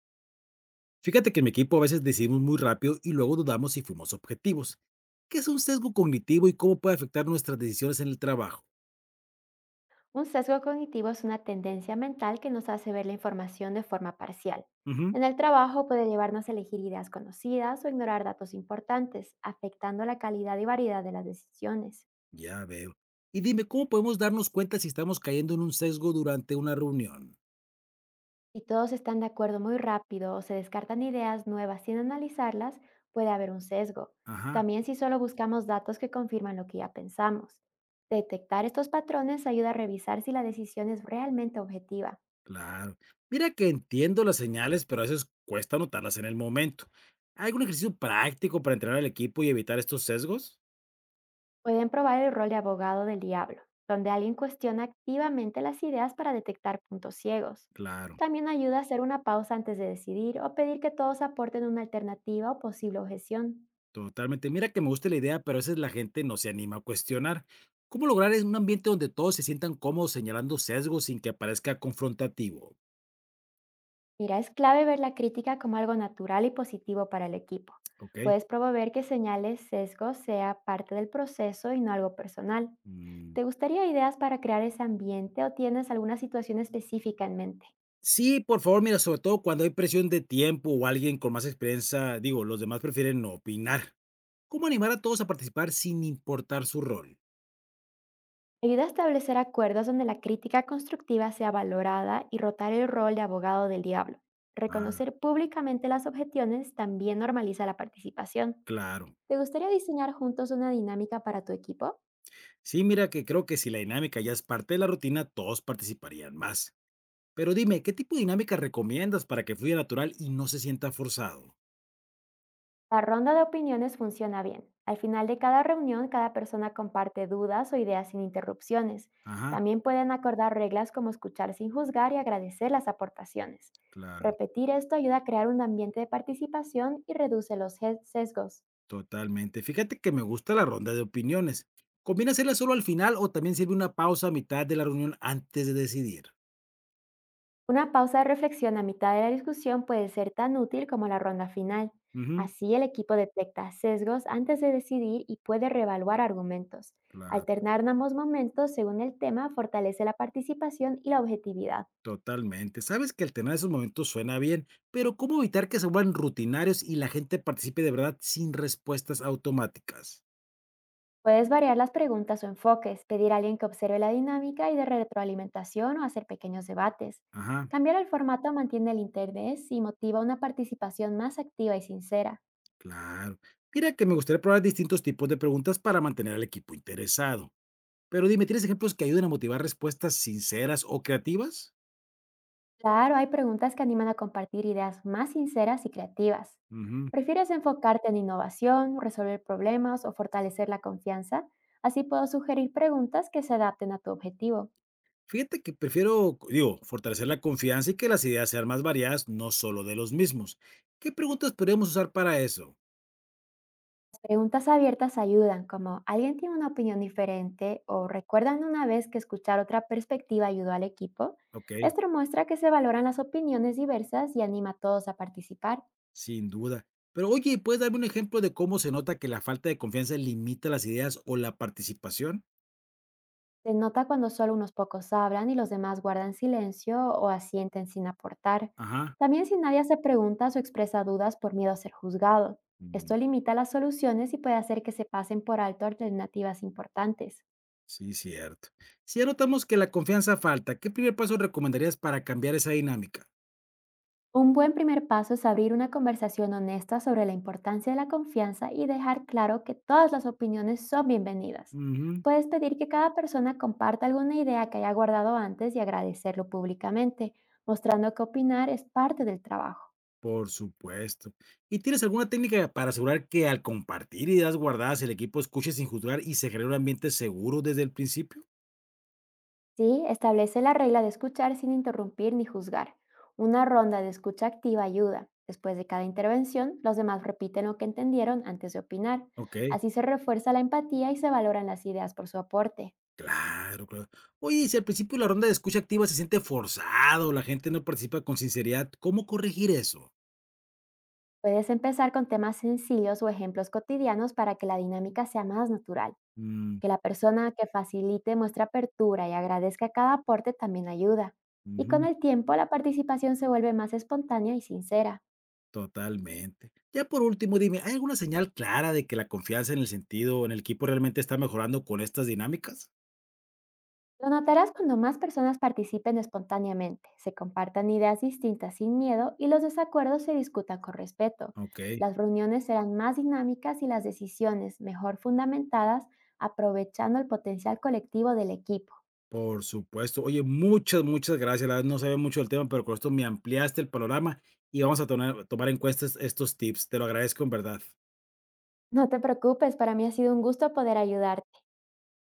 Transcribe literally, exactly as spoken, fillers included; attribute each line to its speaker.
Speaker 1: Fíjate que en mi equipo a veces decidimos muy rápido y luego dudamos si fuimos objetivos. ¿Qué es un sesgo cognitivo y cómo puede afectar nuestras decisiones en el trabajo?
Speaker 2: Un sesgo cognitivo es una tendencia mental que nos hace ver la información de forma parcial.
Speaker 1: Ujú,
Speaker 2: En el trabajo puede llevarnos a elegir ideas conocidas o ignorar datos importantes, afectando la calidad y variedad de las decisiones.
Speaker 1: ya veo. Y dime, ¿cómo podemos darnos cuenta si estamos cayendo en un sesgo durante una reunión?
Speaker 2: Si todos están de acuerdo muy rápido o se descartan ideas nuevas sin analizarlas, puede haber un sesgo.
Speaker 1: Ajá,
Speaker 2: También si solo buscamos datos que confirman lo que ya pensamos. Detectar estos patrones ayuda a revisar si la decisión es realmente objetiva.
Speaker 1: claro. Mira que entiendo las señales, pero a veces cuesta notarlas en el momento. ¿Hay algún ejercicio práctico para entrenar al equipo y evitar estos sesgos?
Speaker 2: Pueden probar el rol de abogado del diablo, donde alguien cuestiona activamente las ideas para detectar puntos ciegos.
Speaker 1: Claro.
Speaker 2: También ayuda a hacer una pausa antes de decidir o pedir que todos aporten una alternativa o posible objeción.
Speaker 1: Totalmente. Mira que me gusta la idea, pero a veces la gente no se anima a cuestionar. ¿Cómo lograr en un ambiente donde todos se sientan cómodos señalando sesgos sin que parezca confrontativo?
Speaker 2: Mira, es clave ver la crítica como algo natural y positivo para el equipo.
Speaker 1: ¿Ok?
Speaker 2: Puedes promover que señales sesgos sea parte del proceso y no algo personal.
Speaker 1: Mm,
Speaker 2: ¿Te gustaría ideas para crear ese ambiente o tienes alguna situación específica en mente?
Speaker 1: sí, por favor, mira, sobre todo cuando hay presión de tiempo o alguien con más experiencia, digo, los demás prefieren no opinar. ¿Cómo animar a todos a participar sin importar su rol?
Speaker 2: Ayuda a establecer acuerdos donde la crítica constructiva sea valorada y rotar el rol de abogado del diablo.
Speaker 1: Ah,
Speaker 2: Reconocer públicamente las objeciones también normaliza la participación.
Speaker 1: claro.
Speaker 2: ¿Te gustaría diseñar juntos una dinámica para tu equipo?
Speaker 1: Sí, mira que creo que si la dinámica ya es parte de la rutina, todos participarían más. Pero dime, ¿qué tipo de dinámica recomiendas para que fluya natural y no se sienta forzado?
Speaker 2: La ronda de opiniones funciona bien. Al final de cada reunión, cada persona comparte dudas o ideas sin interrupciones.
Speaker 1: Ajá,
Speaker 2: También pueden acordar reglas como escuchar sin juzgar y agradecer las aportaciones.
Speaker 1: claro,
Speaker 2: Repetir esto ayuda a crear un ambiente de participación y reduce los jes- sesgos.
Speaker 1: totalmente. Fíjate que me gusta la ronda de opiniones. ¿Conviene hacerla solo al final o también sirve una pausa a mitad de la reunión antes de decidir?
Speaker 2: Una pausa de reflexión a mitad de la discusión puede ser tan útil como la ronda final.
Speaker 1: Ujú,
Speaker 2: Así el equipo detecta sesgos antes de decidir y puede reevaluar argumentos.
Speaker 1: claro,
Speaker 2: Alternar en ambos momentos según el tema fortalece la participación y la objetividad.
Speaker 1: totalmente. Sabes que alternar esos momentos suena bien, pero ¿cómo evitar que se vuelvan rutinarios y la gente participe de verdad sin respuestas automáticas?
Speaker 2: Puedes variar las preguntas o enfoques, pedir a alguien que observe la dinámica y de retroalimentación o hacer pequeños debates.
Speaker 1: Ajá,
Speaker 2: Cambiar el formato mantiene el interés y motiva una participación más activa y sincera.
Speaker 1: claro. Mira que me gustaría probar distintos tipos de preguntas para mantener al equipo interesado. Pero dime, ¿tienes ejemplos que ayuden a motivar respuestas sinceras o creativas?
Speaker 2: Claro, hay preguntas que animan a compartir ideas más sinceras y creativas.
Speaker 1: Ujú.
Speaker 2: ¿Prefieres enfocarte en innovación, resolver problemas o fortalecer la confianza? Así puedo sugerir preguntas que se adapten a tu objetivo.
Speaker 1: Fíjate que prefiero, digo, fortalecer la confianza y que las ideas sean más variadas, no solo de los mismos. ¿Qué preguntas podríamos usar para eso?
Speaker 2: Las preguntas abiertas ayudan, como ¿alguien tiene una opinión diferente? O ¿recuerdan una vez que escuchar otra perspectiva ayudó al equipo?
Speaker 1: Ok,
Speaker 2: Esto muestra que se valoran las opiniones diversas y anima a todos a participar.
Speaker 1: sin duda. Pero oye, ¿puedes darme un ejemplo de cómo se nota que la falta de confianza limita las ideas o la participación?
Speaker 2: Se nota cuando solo unos pocos hablan y los demás guardan silencio o asienten sin aportar.
Speaker 1: Ajá.
Speaker 2: También si nadie hace preguntas o expresa dudas por miedo a ser juzgado.
Speaker 1: Mm,
Speaker 2: Esto limita las soluciones y puede hacer que se pasen por alto alternativas importantes.
Speaker 1: sí, cierto. Si ya notamos que la confianza falta, ¿qué primer paso recomendarías para cambiar esa dinámica?
Speaker 2: Un buen primer paso es abrir una conversación honesta sobre la importancia de la confianza y dejar claro que todas las opiniones son bienvenidas.
Speaker 1: Ujú.
Speaker 2: Puedes pedir que cada persona comparta alguna idea que haya guardado antes y agradecerlo públicamente, mostrando que opinar es parte del trabajo.
Speaker 1: Por supuesto. ¿Y tienes alguna técnica para asegurar que al compartir ideas guardadas el equipo escuche sin juzgar y se genere un ambiente seguro desde el principio?
Speaker 2: Sí, establece la regla de escuchar sin interrumpir ni juzgar. Una ronda de escucha activa ayuda. Después de cada intervención, los demás repiten lo que entendieron antes de opinar.
Speaker 1: Ok,
Speaker 2: Así se refuerza la empatía y se valoran las ideas por su aporte.
Speaker 1: claro, claro. Oye, y si al principio la ronda de escucha activa se siente forzado, la gente no participa con sinceridad, ¿cómo corregir eso?
Speaker 2: Puedes empezar con temas sencillos o ejemplos cotidianos para que la dinámica sea más natural.
Speaker 1: Mm,
Speaker 2: Que la persona que facilite muestre apertura y agradezca cada aporte también ayuda. Y con
Speaker 1: ujú,
Speaker 2: el tiempo, la participación se vuelve más espontánea y sincera.
Speaker 1: totalmente. Ya por último, dime, ¿hay alguna señal clara de que la confianza en el sentido, en el equipo realmente está mejorando con estas dinámicas?
Speaker 2: Lo notarás cuando más personas participen espontáneamente, se compartan ideas distintas sin miedo y los desacuerdos se discutan con respeto.
Speaker 1: Ok.
Speaker 2: Las reuniones serán más dinámicas y las decisiones mejor fundamentadas, aprovechando el potencial colectivo del equipo.
Speaker 1: Por supuesto. Oye, muchas, muchas gracias. La verdad no sabía mucho del tema, pero con esto me ampliaste el panorama y vamos a tomar, tomar en cuenta estos estos tips. Te lo agradezco en verdad.
Speaker 2: No te preocupes, para mí ha sido un gusto poder ayudarte.